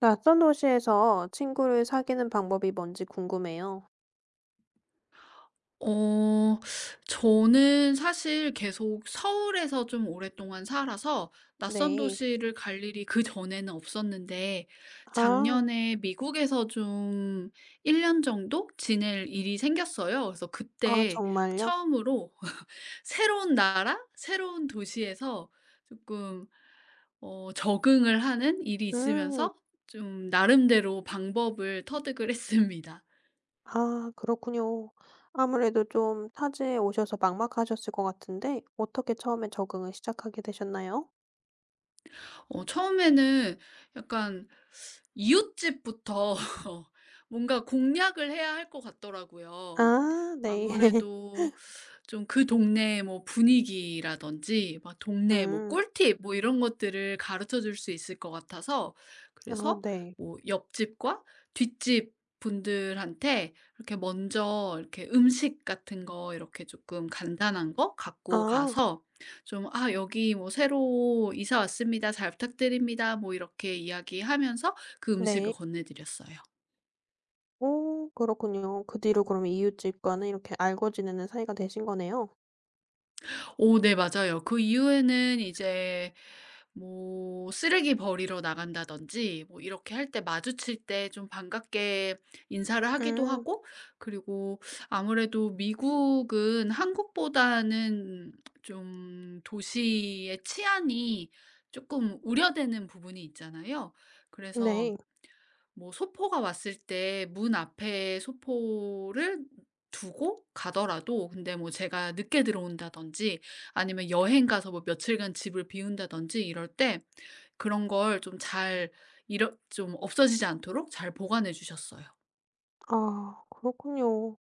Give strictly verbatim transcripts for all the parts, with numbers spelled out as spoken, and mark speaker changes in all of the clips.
Speaker 1: 낯선 도시에서 친구를 사귀는 방법이 뭔지 궁금해요.
Speaker 2: 어 저는 사실 계속 서울에서 좀 오랫동안 살아서 낯선
Speaker 1: 네.
Speaker 2: 도시를 갈 일이 그전에는 없었는데,
Speaker 1: 아.
Speaker 2: 작년에 미국에서 좀 일 년 정도 지낼 일이 생겼어요. 그래서
Speaker 1: 아
Speaker 2: 그때
Speaker 1: 정말요?
Speaker 2: 처음으로 새로운 나라, 새로운 도시에서 조금 어 적응을 하는 일이
Speaker 1: 음.
Speaker 2: 있으면서 좀 나름대로 방법을 터득을 했습니다.
Speaker 1: 아 그렇군요. 아무래도 좀 타지에 오셔서 막막하셨을 것 같은데 어떻게 처음에 적응을 시작하게 되셨나요?
Speaker 2: 어, 처음에는 약간 이웃집부터 뭔가 공략을 해야 할 것 같더라고요.
Speaker 1: 아 네.
Speaker 2: 아무래도 좀 그 동네의 뭐 분위기라든지 막 동네 뭐
Speaker 1: 음.
Speaker 2: 꿀팁 뭐 이런 것들을 가르쳐 줄 수 있을 것 같아서.
Speaker 1: 아
Speaker 2: 그래서
Speaker 1: 네.
Speaker 2: 뭐 옆집과 뒷집 분들한테 이렇게 먼저 이렇게 음식 같은 거 이렇게 조금 간단한 거 갖고
Speaker 1: 아
Speaker 2: 가서 좀 "아, 여기 뭐 새로 이사 왔습니다. 잘 부탁드립니다." 뭐 이렇게 이야기하면서 그 음식을
Speaker 1: 네.
Speaker 2: 건네드렸어요.
Speaker 1: 오 그렇군요. 그 뒤로 그럼 이웃집과는 이렇게 알고 지내는 사이가 되신 거네요.
Speaker 2: 오, 네, 맞아요. 그 이후에는 이제 뭐 쓰레기 버리러 나간다든지 뭐 이렇게 할 때 마주칠 때 좀 반갑게 인사를 하기도
Speaker 1: 음.
Speaker 2: 하고. 그리고 아무래도 미국은 한국보다는 좀 도시의 치안이 조금 우려되는 부분이 있잖아요. 그래서
Speaker 1: 네.
Speaker 2: 뭐 소포가 왔을 때 문 앞에 소포를 두고 가더라도, 근데 뭐 제가 늦게 들어온다든지 아니면 여행 가서 뭐 며칠간 집을 비운다든지 이럴 때, 그런 걸 좀 잘 잃어, 좀 없어지지 않도록 잘 보관해 주셨어요.
Speaker 1: 아 그렇군요.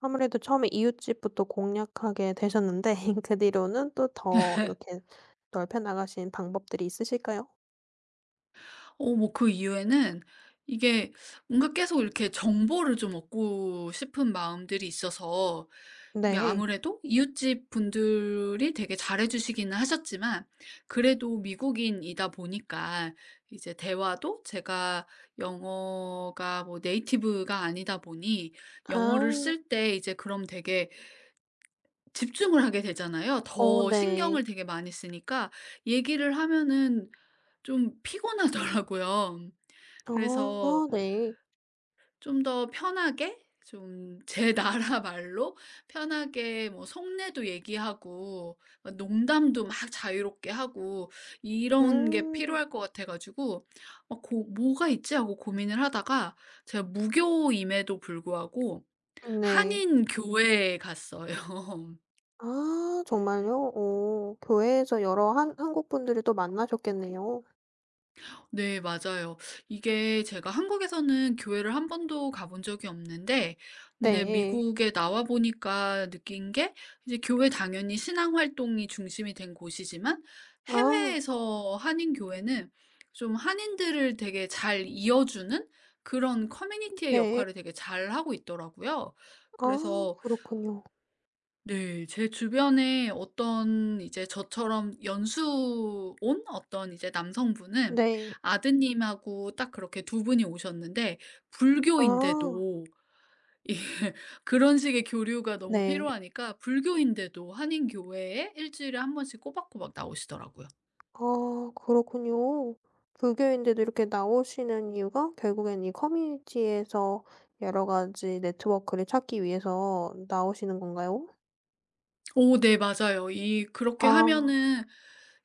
Speaker 1: 아무래도 처음에 이웃집부터 공략하게 되셨는데 그 뒤로는 또 더 이렇게 넓혀 나가신 방법들이 있으실까요?
Speaker 2: 어, 뭐 그 이유에는, 이게 뭔가 계속 이렇게 정보를 좀 얻고 싶은 마음들이 있어서, 이게
Speaker 1: 네.
Speaker 2: 아무래도 이웃집 분들이 되게 잘해 주시기는 하셨지만, 그래도 미국인이다 보니까 이제 대화도, 제가 영어가 뭐 네이티브가 아니다 보니, 영어를
Speaker 1: 아.
Speaker 2: 쓸 때 이제 그럼 되게 집중을 하게 되잖아요.
Speaker 1: 오,
Speaker 2: 더 신경을
Speaker 1: 네.
Speaker 2: 되게 많이 쓰니까 얘기를 하면은 좀 피곤하더라고요. 그래서
Speaker 1: 어 네.
Speaker 2: 좀 더 편하게 좀 제 나라 말로 편하게 뭐 속내도 얘기하고, 막 농담도 막 자유롭게 하고, 이런 게
Speaker 1: 음.
Speaker 2: 필요할 것 같아 가지고 어 고 '뭐가 있지?' 하고 고민을 하다가, 제가 무교임에도 불구하고
Speaker 1: 네.
Speaker 2: 한인 교회에 갔어요.
Speaker 1: 아 정말요? 오 교회에서 여러 한 한국 분들을 또 만나셨겠네요.
Speaker 2: 네, 맞아요. 이게 제가 한국에서는 교회를 한 번도 가본 적이 없는데, 근데
Speaker 1: 네.
Speaker 2: 미국에 나와 보니까 느낀 게, 이제 교회 당연히 신앙 활동이 중심이 된 곳이지만,
Speaker 1: 아
Speaker 2: 해외에서 한인 교회는 좀 한인들을 되게 잘 이어주는 그런 커뮤니티의
Speaker 1: 네.
Speaker 2: 역할을 되게 잘하고 있더라고요.
Speaker 1: 아
Speaker 2: 그래서
Speaker 1: 그렇군요.
Speaker 2: 네. 제 주변에 어떤 이제 저처럼 연수 온 어떤 이제 남성분은
Speaker 1: 네.
Speaker 2: 아드님하고 딱 그렇게 두 분이 오셨는데,
Speaker 1: 아
Speaker 2: 불교인데도 이 그런 식의 교류가 너무
Speaker 1: 네.
Speaker 2: 필요하니까 불교인데도 한인 교회에 일 주일에 한 번씩 꼬박꼬박 나오시더라고요.
Speaker 1: 아 그렇군요. 불교인데도 이렇게 나오시는 이유가 결국엔 이 커뮤니티에서 여러 가지 네트워크를 찾기 위해서 나오시는 건가요?
Speaker 2: 오, 네, 맞아요. 이 그렇게
Speaker 1: 아
Speaker 2: 하면은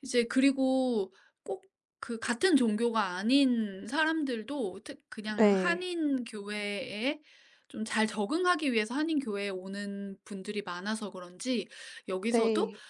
Speaker 2: 이제, 그리고 꼭 그 같은 종교가 아닌 사람들도 특 그냥
Speaker 1: 네.
Speaker 2: 한인 교회에 좀 잘 적응하기 위해서 한인 교회에 오는 분들이 많아서 그런지, 여기서도
Speaker 1: 네.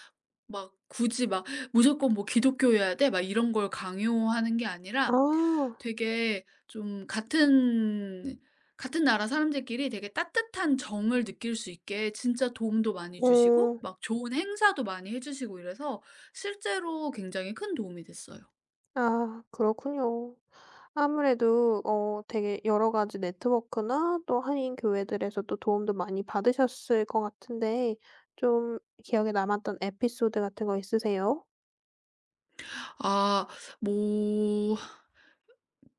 Speaker 2: 막 굳이 막 '무조건 뭐 기독교여야 돼.' 막 이런 걸 강요하는 게 아니라,
Speaker 1: 아.
Speaker 2: 되게 좀 같은 같은 나라 사람들끼리 되게 따뜻한 정을 느낄 수 있게 진짜 도움도 많이 주시고,
Speaker 1: 어.
Speaker 2: 막 좋은 행사도 많이 해 주시고, 이래서 실제로 굉장히 큰 도움이 됐어요.
Speaker 1: 아 그렇군요. 아무래도 어 되게 여러 가지 네트워크나 또 한인 교회들에서 또 도움도 많이 받으셨을 것 같은데 좀 기억에 남았던 에피소드 같은 거 있으세요?
Speaker 2: 아뭐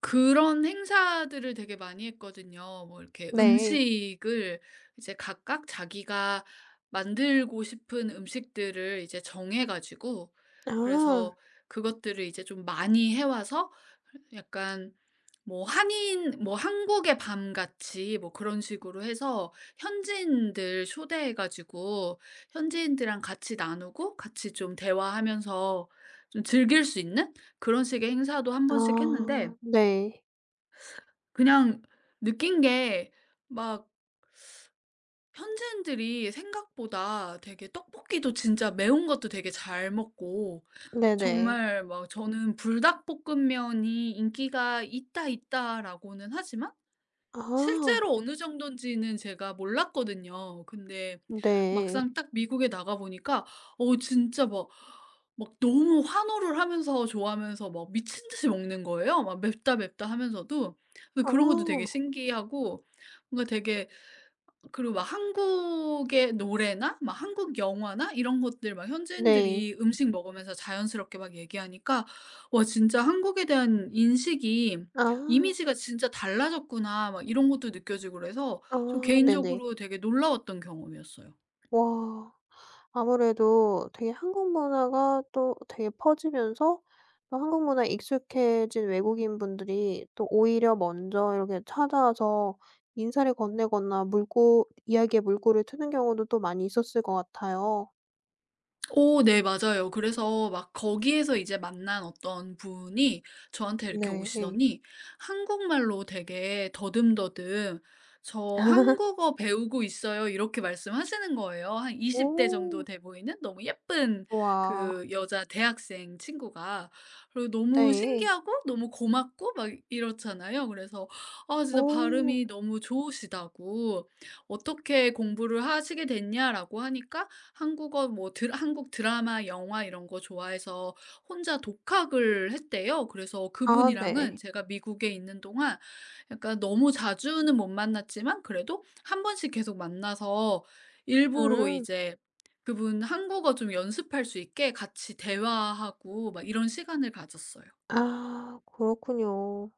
Speaker 2: 그런 행사들을 되게 많이 했거든요. 뭐 이렇게
Speaker 1: 네.
Speaker 2: 음식을 이제 각각 자기가 만들고 싶은 음식들을 이제 정해 가지고, 그래서
Speaker 1: 아.
Speaker 2: 그것들을 이제 좀 많이 해 와서, 약간 뭐 한인 뭐 한국의 밤 같이 뭐 그런 식으로 해서 현지인들 초대해 가지고 현지인들이랑 같이 나누고 같이 좀 대화하면서 좀 즐길 수 있는 그런 식의 행사도 한 번씩 했는데,
Speaker 1: 아 네.
Speaker 2: 그냥 느낀 게 막 현지인들이 생각보다 되게 떡볶이도 진짜 매운 것도 되게 잘 먹고,
Speaker 1: 네네.
Speaker 2: 정말 막. 저는 불닭볶음면이 인기가 있다 있다라고는 하지만
Speaker 1: 아
Speaker 2: 실제로 어느 정도인지는 제가 몰랐거든요. 근데
Speaker 1: 네.
Speaker 2: 막상 딱 미국에 나가 보니까 어 진짜 막 막 너무 환호를 하면서 좋아하면서 막 미친 듯이 먹는 거예요. 막 맵다 맵다 하면서도. 근데 그런 것도 되게
Speaker 1: 아
Speaker 2: 신기하고, 뭔가 되게, 그리고 막 한국의 노래나 막 한국 영화나 이런 것들 막
Speaker 1: 네.
Speaker 2: 현지인들이 음식 먹으면서 자연스럽게 막 얘기하니까 '와, 진짜 한국에 대한 인식이,
Speaker 1: 아.
Speaker 2: 이미지가 진짜 달라졌구나.' 막 이런 것도 느껴지고 그래서
Speaker 1: 아
Speaker 2: 좀
Speaker 1: 네네.
Speaker 2: 개인적으로 되게 놀라웠던 경험이었어요.
Speaker 1: 와. 아무래도 되게 한국 문화가 또 되게 퍼지면서 또 한국 문화에 익숙해진 외국인분들이 또 오히려 먼저 이렇게 찾아와서 인사를 건네거나 물고 이야기에 물꼬를 트는 경우도 또 많이 있었을 것 같아요.
Speaker 2: 오, 네, 맞아요. 그래서 막 거기에서 이제 만난 어떤 분이 저한테 이렇게
Speaker 1: 네.
Speaker 2: 오시더니 한국말로 되게 더듬더듬 "저, 한국어 배우고 있어요." 이렇게 말씀하시는 거예요. 한 이십 대 정도
Speaker 1: 오.
Speaker 2: 돼 보이는 너무 예쁜
Speaker 1: 와.
Speaker 2: 그 여자 대학생 친구가. 그리고 너무
Speaker 1: 네.
Speaker 2: 신기하고 너무 고맙고 막 이렇잖아요. 그래서 아, 진짜
Speaker 1: 오.
Speaker 2: 발음이 너무 좋으시다고 "어떻게 공부를 하시게 됐냐?"라고 하니까, 한국어 뭐 드라 한국 드라마, 영화 이런 거 좋아해서 혼자 독학을 했대요. 그래서
Speaker 1: 아
Speaker 2: 그분이랑은
Speaker 1: 네.
Speaker 2: 제가 미국에 있는 동안 약간 너무 자주는 못 만났지만, 그래도 한 번씩 계속 만나서 일부러
Speaker 1: 음.
Speaker 2: 이제 그분 한국어 좀 연습할 수 있게 같이 대화하고 막 이런 시간을 가졌어요.
Speaker 1: 아 그렇군요.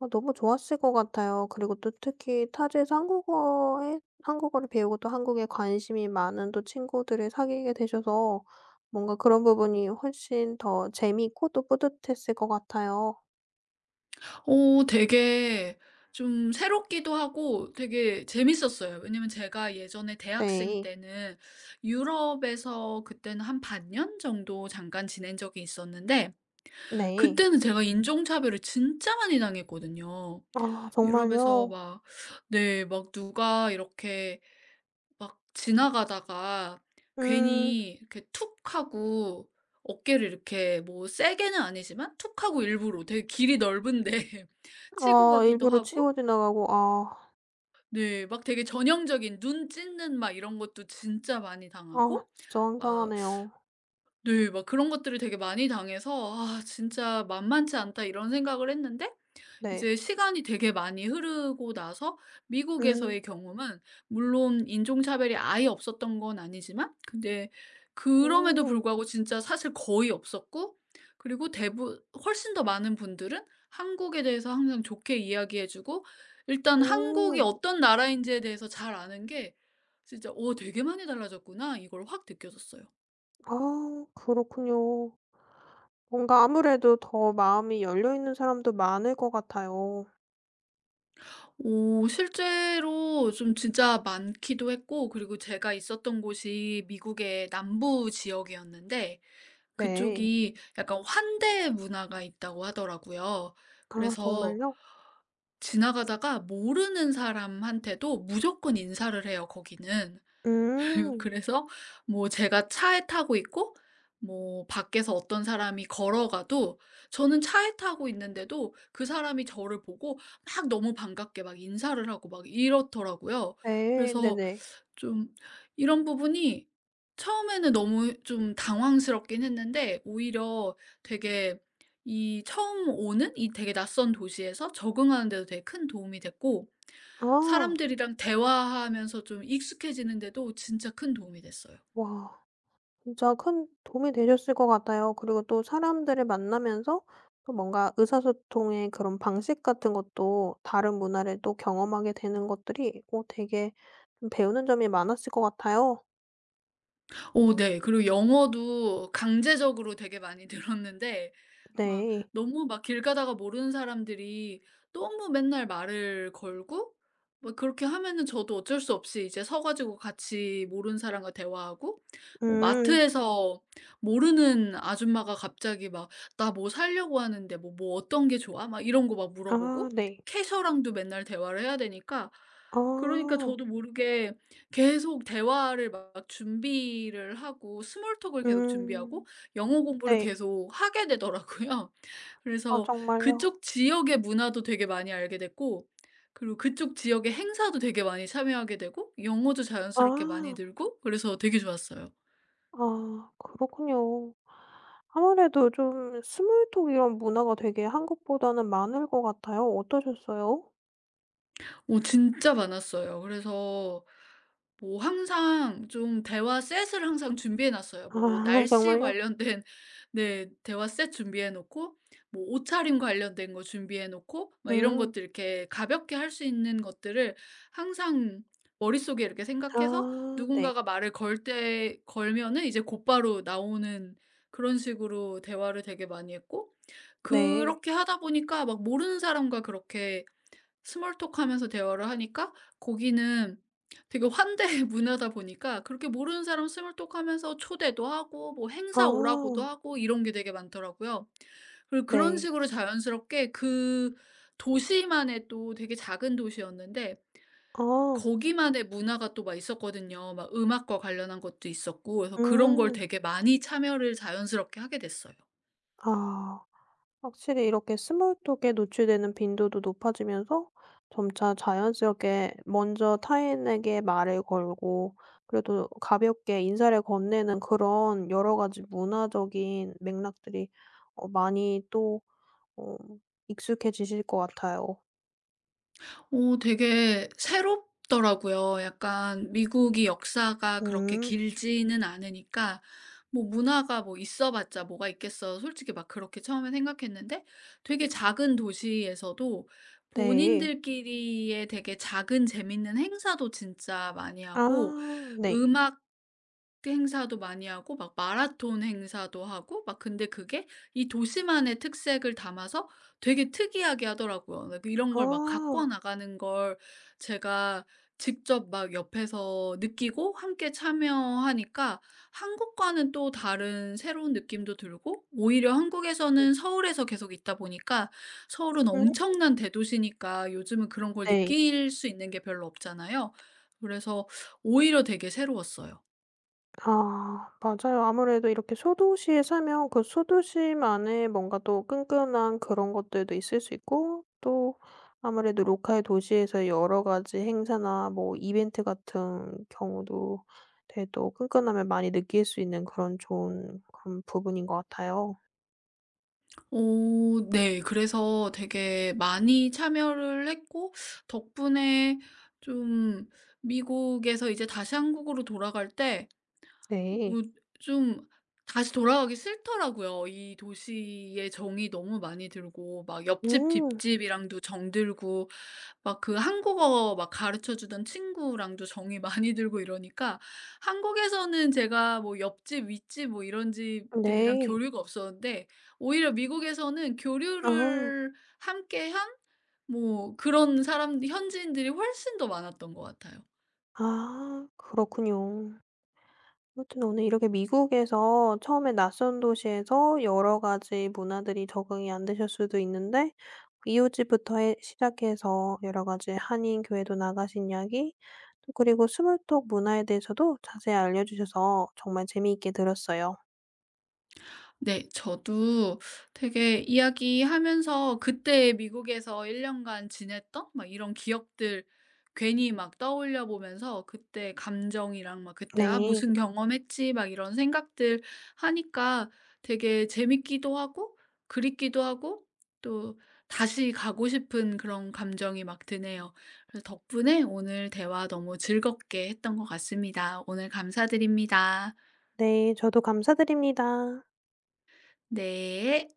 Speaker 1: 아 너무 좋았을 것 같아요. 그리고 또 특히 타지에서 한국어에 한국어를 배우고 또 한국에 관심이 많은 또 친구들을 사귀게 되셔서 뭔가 그런 부분이 훨씬 더 재미있고 또 뿌듯했을 것 같아요.
Speaker 2: 어, 되게 좀 새롭기도 하고 되게 재밌었어요. 왜냐면 제가 예전에 대학생
Speaker 1: 네.
Speaker 2: 때는 유럽에서, 그때는 한 반년 정도 잠깐 지낸 적이 있었는데,
Speaker 1: 네.
Speaker 2: 그때는 제가 인종차별을 진짜 많이 당했거든요.
Speaker 1: 아
Speaker 2: 유럽에서
Speaker 1: 정말요?
Speaker 2: 막, 네, 막 누가 이렇게 막 지나가다가
Speaker 1: 음.
Speaker 2: 괜히 이렇게 툭 하고 어깨를 이렇게 뭐 세게는 아니지만 툭 하고 일부러, 되게 길이 넓은데 치고
Speaker 1: 아
Speaker 2: 가기도
Speaker 1: 일부러
Speaker 2: 하고,
Speaker 1: 치고 지나가고 아.
Speaker 2: 네, 막 되게 전형적인 눈 찢는 막 이런 것도 진짜 많이
Speaker 1: 아
Speaker 2: 당하고,
Speaker 1: 진짜
Speaker 2: 막,
Speaker 1: 황당하네요.
Speaker 2: 네, 막 그런 것들을 되게 많이 당해서 '아, 진짜 만만치 않다.' 이런 생각을 했는데,
Speaker 1: 네.
Speaker 2: 이제 시간이 되게 많이 흐르고 나서
Speaker 1: 음.
Speaker 2: 미국에서의 경험은, 물론 인종차별이 아예 없었던 건 아니지만, 근데 그럼에도
Speaker 1: 음.
Speaker 2: 불구하고 진짜 사실 거의 없었고, 그리고 대부 훨씬 더 많은 분들은 한국에 대해서 항상 좋게 이야기해 주고, 일단 한국이
Speaker 1: 음.
Speaker 2: 어떤 나라인지에 대해서 잘 아는 게 진짜, '어, 되게 많이 달라졌구나.' 이걸 확 느껴졌어요.
Speaker 1: 아 그렇군요. 뭔가 아무래도 더 마음이 열려 있는 사람도 많을 것 같아요.
Speaker 2: 오, 실제로 좀 진짜 많기도 했고, 그리고 제가 있었던 곳이 미국의 남부 지역이었는데,
Speaker 1: 네.
Speaker 2: 그쪽이 약간 환대 문화가 있다고 하더라고요.
Speaker 1: 아
Speaker 2: 그래서
Speaker 1: 정말요?
Speaker 2: 지나가다가 모르는 사람한테도 무조건 인사를 해요, 거기는.
Speaker 1: 음.
Speaker 2: 그래서 뭐 제가 차에 타고 있고 뭐 밖에서 어떤 사람이 걸어가도, 저는 차에 타고 있는데도 그 사람이 저를 보고 막 너무 반갑게 막 인사를 하고 막 이렇더라고요.
Speaker 1: 네.
Speaker 2: 그래서
Speaker 1: 네네.
Speaker 2: 좀 이런 부분이 처음에는 너무 좀 당황스럽긴 했는데, 오히려 되게, 이 처음 오는 이 되게 낯선 도시에서 적응하는 데도 되게 큰 도움이 됐고,
Speaker 1: 아.
Speaker 2: 사람들이랑 대화하면서 좀 익숙해지는 데도 진짜 큰 도움이 됐어요.
Speaker 1: 와. 진짜 큰 도움이 되셨을 것 같아요. 그리고 또 사람들을 만나면서 또 뭔가 의사소통의 그런 방식 같은 것도 다른 문화를 또 경험하게 되는 것들이 오 되게 좀 배우는 점이 많았을 것 같아요.
Speaker 2: 어, 네. 그리고 영어도 강제적으로 되게 많이 늘었는데, 막
Speaker 1: 네.
Speaker 2: 너무 막 길 가다가 모르는 사람들이 너무 맨날 말을 걸고 막, 그렇게 하면은 저도 어쩔 수 없이 이제 서 가지고 같이 모르는 사람과 대화하고, 뭐
Speaker 1: 음.
Speaker 2: 마트에서 모르는 아줌마가 갑자기 막 "나 뭐 사려고 하는데 뭐, 뭐 어떤 게 좋아?" 막 이런 거 막
Speaker 1: 아
Speaker 2: 물어보고,
Speaker 1: 네.
Speaker 2: 캐셔랑도 맨날 대화를 해야 되니까,
Speaker 1: 아.
Speaker 2: 그러니까 저도 모르게 계속 대화를 막 준비를 하고 스몰 톡을 계속 준비하고
Speaker 1: 음.
Speaker 2: 영어 공부를
Speaker 1: 네.
Speaker 2: 계속 하게 되더라고요.
Speaker 1: 아
Speaker 2: 그래서
Speaker 1: 정말요?
Speaker 2: 그쪽 지역의 문화도 되게 많이 알게 됐고, 그리고 그쪽 지역의 행사도 되게 많이 참여하게 되고 영어도 자연스럽게 많이
Speaker 1: 아.
Speaker 2: 늘고, 그래서 되게 좋았어요.
Speaker 1: 아 그렇군요. 아무래도 좀 스몰 톡 이런 문화가 되게 한국보다는 많을 것 같아요. 어떠셨어요?
Speaker 2: 어, 진짜 많았어요. 그래서 뭐 항상 좀 대화 셋을 항상 준비해 놨어요. 뭐
Speaker 1: 아
Speaker 2: 날씨
Speaker 1: 정말요?
Speaker 2: 관련된 네, 대화 셋 준비해 놓고 뭐 옷차림 관련된 거 준비해 놓고 막 이런
Speaker 1: 음.
Speaker 2: 것들 이렇게 가볍게 할 수 있는 것들을 항상 머릿속에 이렇게 생각해서,
Speaker 1: 아 네.
Speaker 2: 누군가가 말을 걸 때 걸면은 이제 곧바로 나오는, 그런 식으로 대화를 되게 많이 했고,
Speaker 1: 네.
Speaker 2: 그렇게 하다 보니까 막 모르는 사람과 그렇게 스몰 톡하면서 대화를 하니까, 거기는 되게 환대의 문화다 보니까, 그렇게 모르는 사람 스몰 톡하면서 초대도 하고 뭐 행사 오라고도
Speaker 1: 아
Speaker 2: 하고 이런 게 되게 많더라고요. 그리고 그런
Speaker 1: 네.
Speaker 2: 식으로 자연스럽게 그 도시만의, 또 되게 작은 도시였는데
Speaker 1: 아.
Speaker 2: 거기만의 문화가 또 막 있었거든요. 막 음악과 관련한 것도 있었고, 그래서 그런 걸
Speaker 1: 음.
Speaker 2: 되게 많이 참여를 자연스럽게 하게 됐어요.
Speaker 1: 아. 확실히 이렇게 스몰톡에 노출되는 빈도도 높아지면서 점차 자연스럽게 먼저 타인에게 말을 걸고 그래도 가볍게 인사를 건네는 그런 여러 가지 문화적인 맥락들이 어 많이 또 어 익숙해지실 것 같아요.
Speaker 2: 어, 되게 새롭더라고요. 약간 미국이 역사가 그렇게
Speaker 1: 음
Speaker 2: 길지는 않으니까 뭐 문화가 뭐 있어 봤자 뭐가 있겠어, 솔직히 막 그렇게 처음에 생각했는데, 되게 작은 도시에서도
Speaker 1: 네.
Speaker 2: 본인들끼리의 되게 작은 재밌는 행사도 진짜 많이 하고,
Speaker 1: 아 네.
Speaker 2: 음악, 그 행사도 많이 하고 막 마라톤 행사도 하고 막, 근데 그게 이 도시만의 특색을 담아서 되게 특이하게 하더라고요. 네, 그 이런 걸 막 가꿔
Speaker 1: 아
Speaker 2: 나가는 걸 제가 직접 막 옆에서 느끼고 함께 참여하니까 한국과는 또 다른 새로운 느낌도 들고, 오히려 한국에서는 서울에서 계속 있다 보니까, 서울은
Speaker 1: 음
Speaker 2: 엄청난 대도시니까 요즘은 그런 걸
Speaker 1: 네.
Speaker 2: 느낄 수 있는 게 별로 없잖아요. 그래서 오히려 되게 새로웠어요.
Speaker 1: 아 맞아요. 아무래도 이렇게 소도시에 살면 그 소도시만의 뭔가 또 끈끈한 그런 것들도 있을 수 있고 또 아무래도 로컬 도시에서 여러 가지 행사나 뭐 이벤트 같은 경우도 되게 또 끈끈함을 많이 느낄 수 있는 그런 좋은 그런 부분인 것 같아요.
Speaker 2: 오, 네. 그래서 되게 많이 참여를 했고, 덕분에 좀, 미국에서 이제 다시 한국으로 돌아갈 때
Speaker 1: 네.
Speaker 2: 뭐 좀 다시 돌아가기 싫더라고요. 이 도시의 정이 너무 많이 들고, 막 옆집
Speaker 1: 음.
Speaker 2: 뒷집이랑도 정 들고, 막 그 한국어 막 가르쳐 주던 친구랑도 정이 많이 들고 이러니까, 한국에서는 제가 뭐 옆집 윗집 뭐 이런 집들이랑
Speaker 1: 네.
Speaker 2: 교류가 없었는데, 오히려 미국에서는
Speaker 1: 아.
Speaker 2: 교류를 함께한 뭐 그런 사람, 현지인들이 훨씬 더 많았던 것 같아요.
Speaker 1: 아 그렇군요. 아무튼 오늘 이렇게 미국에서 처음에 낯선 도시에서 여러 가지 문화들이 적응이 안 되실 수도 있는데 이웃집부터 해 시작해서 여러 가지 한인 교회도 나가신 이야기 또 그리고 스몰톡 문화에 대해서도 자세히 알려 주셔서 정말 재미있게 들었어요.
Speaker 2: 네. 저도 되게 이야기하면서 그때 미국에서 1 년간 지냈던 막 이런 기억들 괜히 막 떠올려 보면서, 그때 감정이랑 막 그때 '아,
Speaker 1: 네.
Speaker 2: 무슨 경험했지.' 막 이런 생각들 하니까 되게 재밌기도 하고, 그립기도 하고, 또 다시 가고 싶은 그런 감정이 막 드네요. 그래서 덕분에 오늘 대화 너무 즐겁게 했던 것 같습니다. 오늘 감사드립니다.
Speaker 1: 네. 저도 감사드립니다.
Speaker 2: 네.